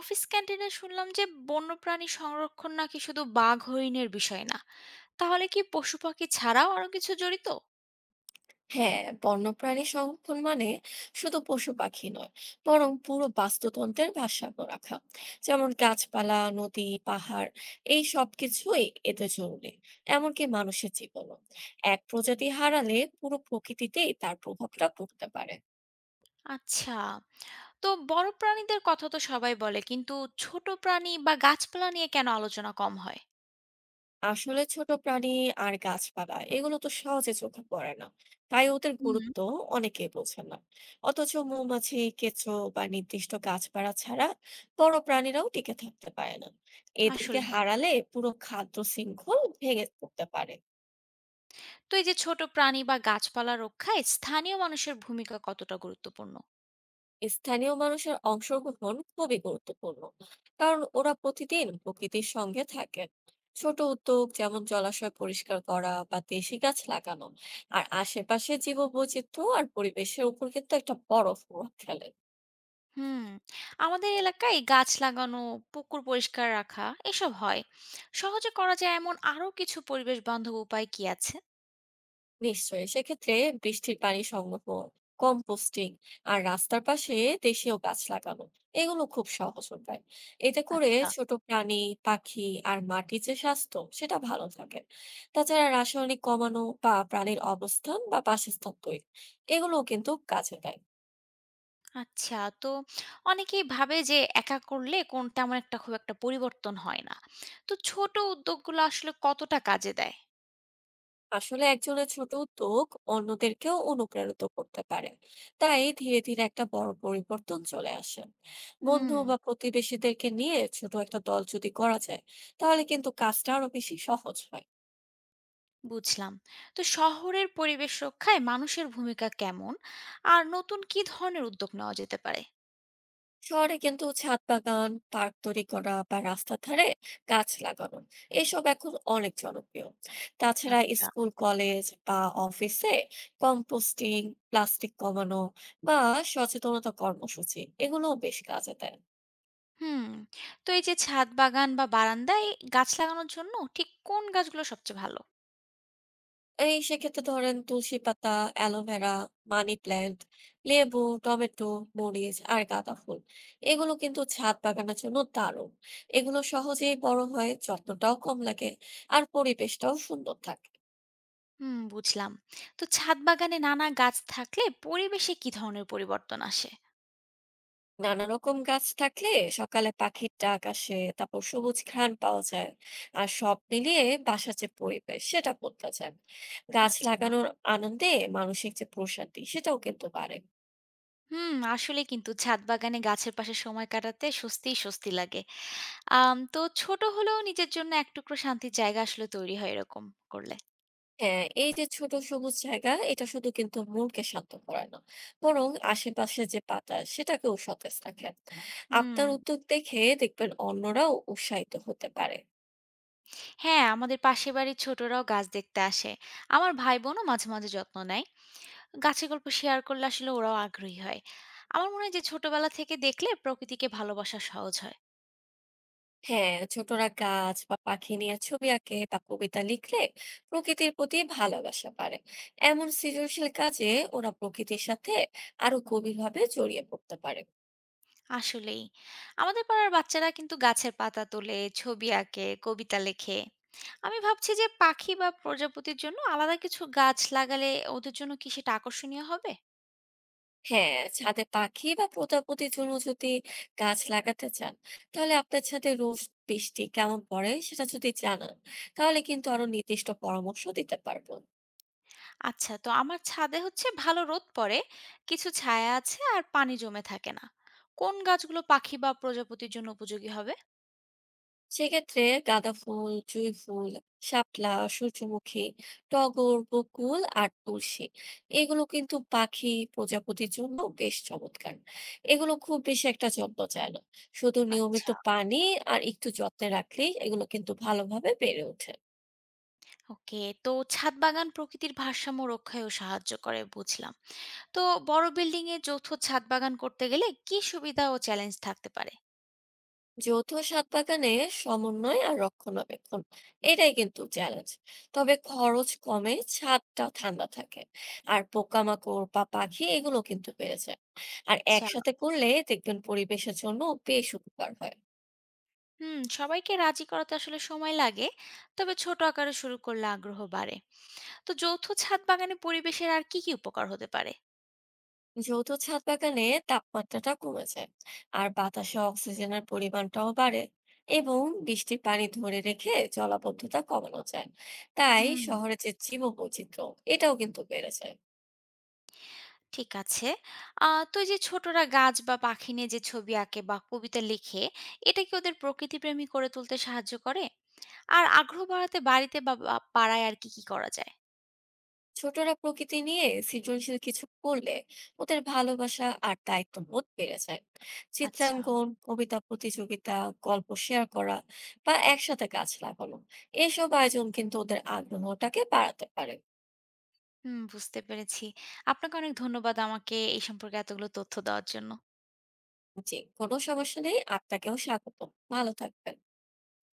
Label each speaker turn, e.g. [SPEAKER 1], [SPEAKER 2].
[SPEAKER 1] Office ক্যান্টিনে শুনলাম যে বন্যপ্রাণী সংরক্ষণ নাকি শুধু বাঘ হরিণের বিষয় না। তাহলে কি পশু পাখি ছাড়াও আরো কিছু জড়িত?
[SPEAKER 2] হ্যাঁ, বন্যপ্রাণী সংরক্ষণ মানে শুধু পশু পাখি নয়, বরং পুরো বাস্তুতন্ত্রের ভারসাম্য রাখা। যেমন গাছপালা, নদী, পাহাড় এই সবকিছুই এতে জরুরি, এমনকি মানুষের জীবনও। এক প্রজাতি হারালে পুরো প্রকৃতিতেই তার প্রভাবটা পড়তে পারে।
[SPEAKER 1] আচ্ছা, তো বড় প্রাণীদের কথা তো সবাই বলে, কিন্তু ছোট প্রাণী বা গাছপালা নিয়ে কেন আলোচনা কম হয়?
[SPEAKER 2] আসলে ছোট প্রাণী আর গাছপালা এগুলো তো সহজে চোখে পড়ে না, তাই ওদের
[SPEAKER 1] হুম।
[SPEAKER 2] গুরুত্ব অনেকেই বোঝে না। অথচ মৌমাছি, কেঁচো বা নির্দিষ্ট গাছপালা ছাড়া বড় প্রাণীরাও টিকে থাকতে পারে না। এদেরকে
[SPEAKER 1] আসলে
[SPEAKER 2] হারালে পুরো খাদ্য শৃঙ্খল ভেঙে পড়তে পারে।
[SPEAKER 1] তো এই যে ছোট প্রাণী বা গাছপালা রক্ষায় স্থানীয় মানুষের ভূমিকা কতটা গুরুত্বপূর্ণ?
[SPEAKER 2] স্থানীয় মানুষের অংশগ্রহণ খুবই গুরুত্বপূর্ণ, কারণ ওরা প্রতিদিন প্রকৃতির সঙ্গে থাকেন। ছোট উদ্যোগ যেমন জলাশয় পরিষ্কার করা বা দেশি গাছ লাগানো আর আশেপাশে জীববৈচিত্র্য আর পরিবেশের উপর কিন্তু একটা বড় প্রভাব ফেলে।
[SPEAKER 1] হুম। আমাদের এলাকায় গাছ লাগানো, পুকুর পরিষ্কার রাখা এসব হয়। সহজে করা যায় এমন আরো কিছু পরিবেশ বান্ধব উপায় কি আছে?
[SPEAKER 2] নিশ্চয়ই সেক্ষেত্রে বৃষ্টির পানি সংগ্রহ, কম্পোস্টিং আর রাস্তার পাশে দেশীয় গাছ লাগানো এগুলো খুব সহজ উপায়। এতে করে
[SPEAKER 1] আচ্ছা।
[SPEAKER 2] ছোট প্রাণী, পাখি আর মাটির যে স্বাস্থ্য সেটা ভালো থাকে। তাছাড়া রাসায়নিক কমানো বা প্রাণীর অবস্থান বা বাসস্থান তৈরি এগুলোও কিন্তু কাজে দেয়।
[SPEAKER 1] আচ্ছা। তো অনেকেই ভাবে যে একা করলে কোন তেমন একটা খুব একটা পরিবর্তন হয় না। তো ছোট উদ্যোগগুলো আসলে কতটা কাজে দেয়?
[SPEAKER 2] আসলে একজনের ছোট উদ্যোগ অন্যদেরকেও অনুপ্রাণিত করতে পারে, তাই ধীরে ধীরে একটা বড় পরিবর্তন চলে আসে। বন্ধু
[SPEAKER 1] হুম,
[SPEAKER 2] বা প্রতিবেশীদেরকে নিয়ে ছোট একটা দল যদি করা যায়, তাহলে কিন্তু কাজটা আরো বেশি সহজ হয়।
[SPEAKER 1] বুঝলাম। তো শহরের পরিবেশ রক্ষায় মানুষের ভূমিকা কেমন? আর নতুন কি ধরনের উদ্যোগ নেওয়া যেতে পারে?
[SPEAKER 2] শহরে কিন্তু ছাদ বাগান, পার্ক তৈরি করা বা রাস্তার ধারে গাছ লাগানো এসব এখন অনেক জনপ্রিয়। তাছাড়া
[SPEAKER 1] আচ্ছা।
[SPEAKER 2] স্কুল, কলেজ বা অফিসে কম্পোস্টিং, প্লাস্টিক কমানো বা সচেতনতা কর্মসূচি এগুলোও বেশ কাজে দেয়।
[SPEAKER 1] হুম। তো এই যে ছাদ বাগান বা বারান্দায় গাছ লাগানোর জন্য ঠিক কোন গাছগুলো সবচেয়ে ভালো?
[SPEAKER 2] এই সেক্ষেত্রে ধরেন তুলসী পাতা, অ্যালোভেরা, মানি প্ল্যান্ট, লেবু, টমেটো, মরিচ আর গাঁদা ফুল এগুলো কিন্তু ছাদ বাগানের জন্য দারুণ। এগুলো সহজেই বড় হয়, যত্নটাও কম লাগে আর পরিবেশটাও সুন্দর থাকে।
[SPEAKER 1] হুম, বুঝলাম। তো ছাদ বাগানে নানা গাছ থাকলে পরিবেশে কি ধরনের পরিবর্তন আসে?
[SPEAKER 2] নানা রকম গাছ থাকলে সকালে পাখির ডাক আসে, তারপর সবুজ ঘ্রাণ পাওয়া যায় আর সব মিলিয়ে বাসার যে পরিবেশ সেটা বদলা যায়। গাছ
[SPEAKER 1] আচ্ছা।
[SPEAKER 2] লাগানোর আনন্দে মানসিক যে প্রশান্তি সেটাও কিন্তু বাড়ে।
[SPEAKER 1] হুম, আসলে কিন্তু ছাদ বাগানে গাছের পাশে সময় কাটাতে স্বস্তি লাগে। তো ছোট হলেও নিজের জন্য এক টুকরো শান্তির জায়গা আসলে তৈরি হয় এরকম করলে।
[SPEAKER 2] হ্যাঁ, এই যে ছোট সবুজ জায়গা এটা শুধু কিন্তু মনকে শান্ত করে না, বরং আশেপাশে যে বাতাস সেটাকেও সতেজ রাখে।
[SPEAKER 1] হুম।
[SPEAKER 2] আপনার উদ্যোগ দেখে দেখবেন অন্যরাও উৎসাহিত হতে পারে।
[SPEAKER 1] হ্যাঁ, আমাদের পাশের বাড়ির ছোটরাও গাছ দেখতে আসে। আমার ভাই-বোনও মাঝে মাঝে যত্ন নেয়। গাছের গল্প শেয়ার করলে আসলে ওরাও আগ্রহী হয়। আমার মনে হয় যে ছোটবেলা থেকে দেখলে প্রকৃতিকে ভালোবাসা সহজ হয়।
[SPEAKER 2] হ্যাঁ, ছোটরা গাছ বা পাখি নিয়ে ছবি আঁকে বা কবিতা লিখলে প্রকৃতির প্রতি ভালোবাসা বাড়ে। এমন সৃজনশীল কাজে ওরা প্রকৃতির সাথে আরো গভীরভাবে জড়িয়ে পড়তে পারে।
[SPEAKER 1] আসলেই। আমাদের পাড়ার বাচ্চারা কিন্তু গাছের পাতা তোলে, ছবি আঁকে, কবিতা লেখে। আমি ভাবছি যে পাখি বা প্রজাপতির জন্য আলাদা কিছু গাছ লাগালে ওদের জন্য কি সেটা আকর্ষণীয় হবে?
[SPEAKER 2] হ্যাঁ, ছাদে পাখি বা প্রজাপতির জন্য যদি গাছ লাগাতে চান, তাহলে আপনার ছাদে রোজ বৃষ্টি কেমন পড়ে সেটা যদি জানান, তাহলে কিন্তু আরো নির্দিষ্ট পরামর্শ দিতে পারবো।
[SPEAKER 1] আচ্ছা, তো আমার ছাদে হচ্ছে ভালো রোদ পড়ে, কিছু ছায়া আছে আর পানি জমে থাকে না। কোন গাছগুলো পাখি বা প্রজাপতির জন্য উপযোগী হবে?
[SPEAKER 2] সেক্ষেত্রে গাঁদা ফুল, জুঁই ফুল, শাপলা, সূর্যমুখী, টগর, বকুল আর তুলসী এগুলো কিন্তু পাখি প্রজাপতির জন্য বেশ চমৎকার। এগুলো খুব বেশি একটা যত্ন চায় না। শুধু নিয়মিত
[SPEAKER 1] আচ্ছা।
[SPEAKER 2] পানি আর একটু যত্নে রাখলেই এগুলো কিন্তু ভালোভাবে বেড়ে ওঠে।
[SPEAKER 1] ওকে, তো ছাদ বাগান প্রকৃতির ভারসাম্য রক্ষায়ও সাহায্য করে বুঝলাম। তো বড় বিল্ডিং এ যৌথ ছাদ বাগান করতে গেলে কি সুবিধা ও চ্যালেঞ্জ থাকতে পারে?
[SPEAKER 2] যৌথ সাত বাগানে সমন্বয় আর রক্ষণাবেক্ষণ এটাই কিন্তু চ্যালেঞ্জ। তবে খরচ কমে, ছাদটা ঠান্ডা থাকে আর পোকামাকড় বা পাখি এগুলো কিন্তু বেড়ে যায়। আর
[SPEAKER 1] আচ্ছা।
[SPEAKER 2] একসাথে করলে দেখবেন পরিবেশের জন্য বেশ উপকার হয়।
[SPEAKER 1] হুম, সবাইকে রাজি করাতে আসলে সময় লাগে, তবে ছোট আকারে শুরু করলে আগ্রহ বাড়ে। তো যৌথ ছাদ বাগানে পরিবেশের আর কি কি উপকার হতে পারে?
[SPEAKER 2] যৌথ ছাদ বাগানে তাপমাত্রাটা কমে যায় আর বাতাসে অক্সিজেনের পরিমাণটাও বাড়ে, এবং বৃষ্টির পানি ধরে রেখে জলাবদ্ধতা কমানো যায়। তাই
[SPEAKER 1] হুম।
[SPEAKER 2] শহরে যে জীববৈচিত্র্য এটাও কিন্তু বেড়ে যায়।
[SPEAKER 1] ঠিক আছে। আ তো এই যে ছোটরা গাছ বা পাখি নিয়ে যে ছবি আঁকে বা কবিতা লিখে, এটা কি ওদের প্রকৃতিপ্রেমী করে তুলতে সাহায্য করে? আর আগ্রহ বাড়াতে বাড়িতে বা বা পাড়ায় আর কি কি করা যায়?
[SPEAKER 2] ছোটরা প্রকৃতি নিয়ে সৃজনশীল কিছু করলে ওদের ভালোবাসা আর দায়িত্ববোধ বেড়ে যায়।
[SPEAKER 1] আচ্ছা।
[SPEAKER 2] চিত্রাঙ্কন, কবিতা প্রতিযোগিতা, গল্প শেয়ার করা বা একসাথে গাছ লাগানো এসব আয়োজন কিন্তু ওদের আগ্রহটাকে বাড়াতে পারে।
[SPEAKER 1] হুম, বুঝতে পেরেছি। আপনাকে অনেক ধন্যবাদ আমাকে এই সম্পর্কে এতগুলো তথ্য দেওয়ার জন্য।
[SPEAKER 2] জি, কোনো সমস্যা নেই, আপনাকেও স্বাগতম। ভালো থাকবেন।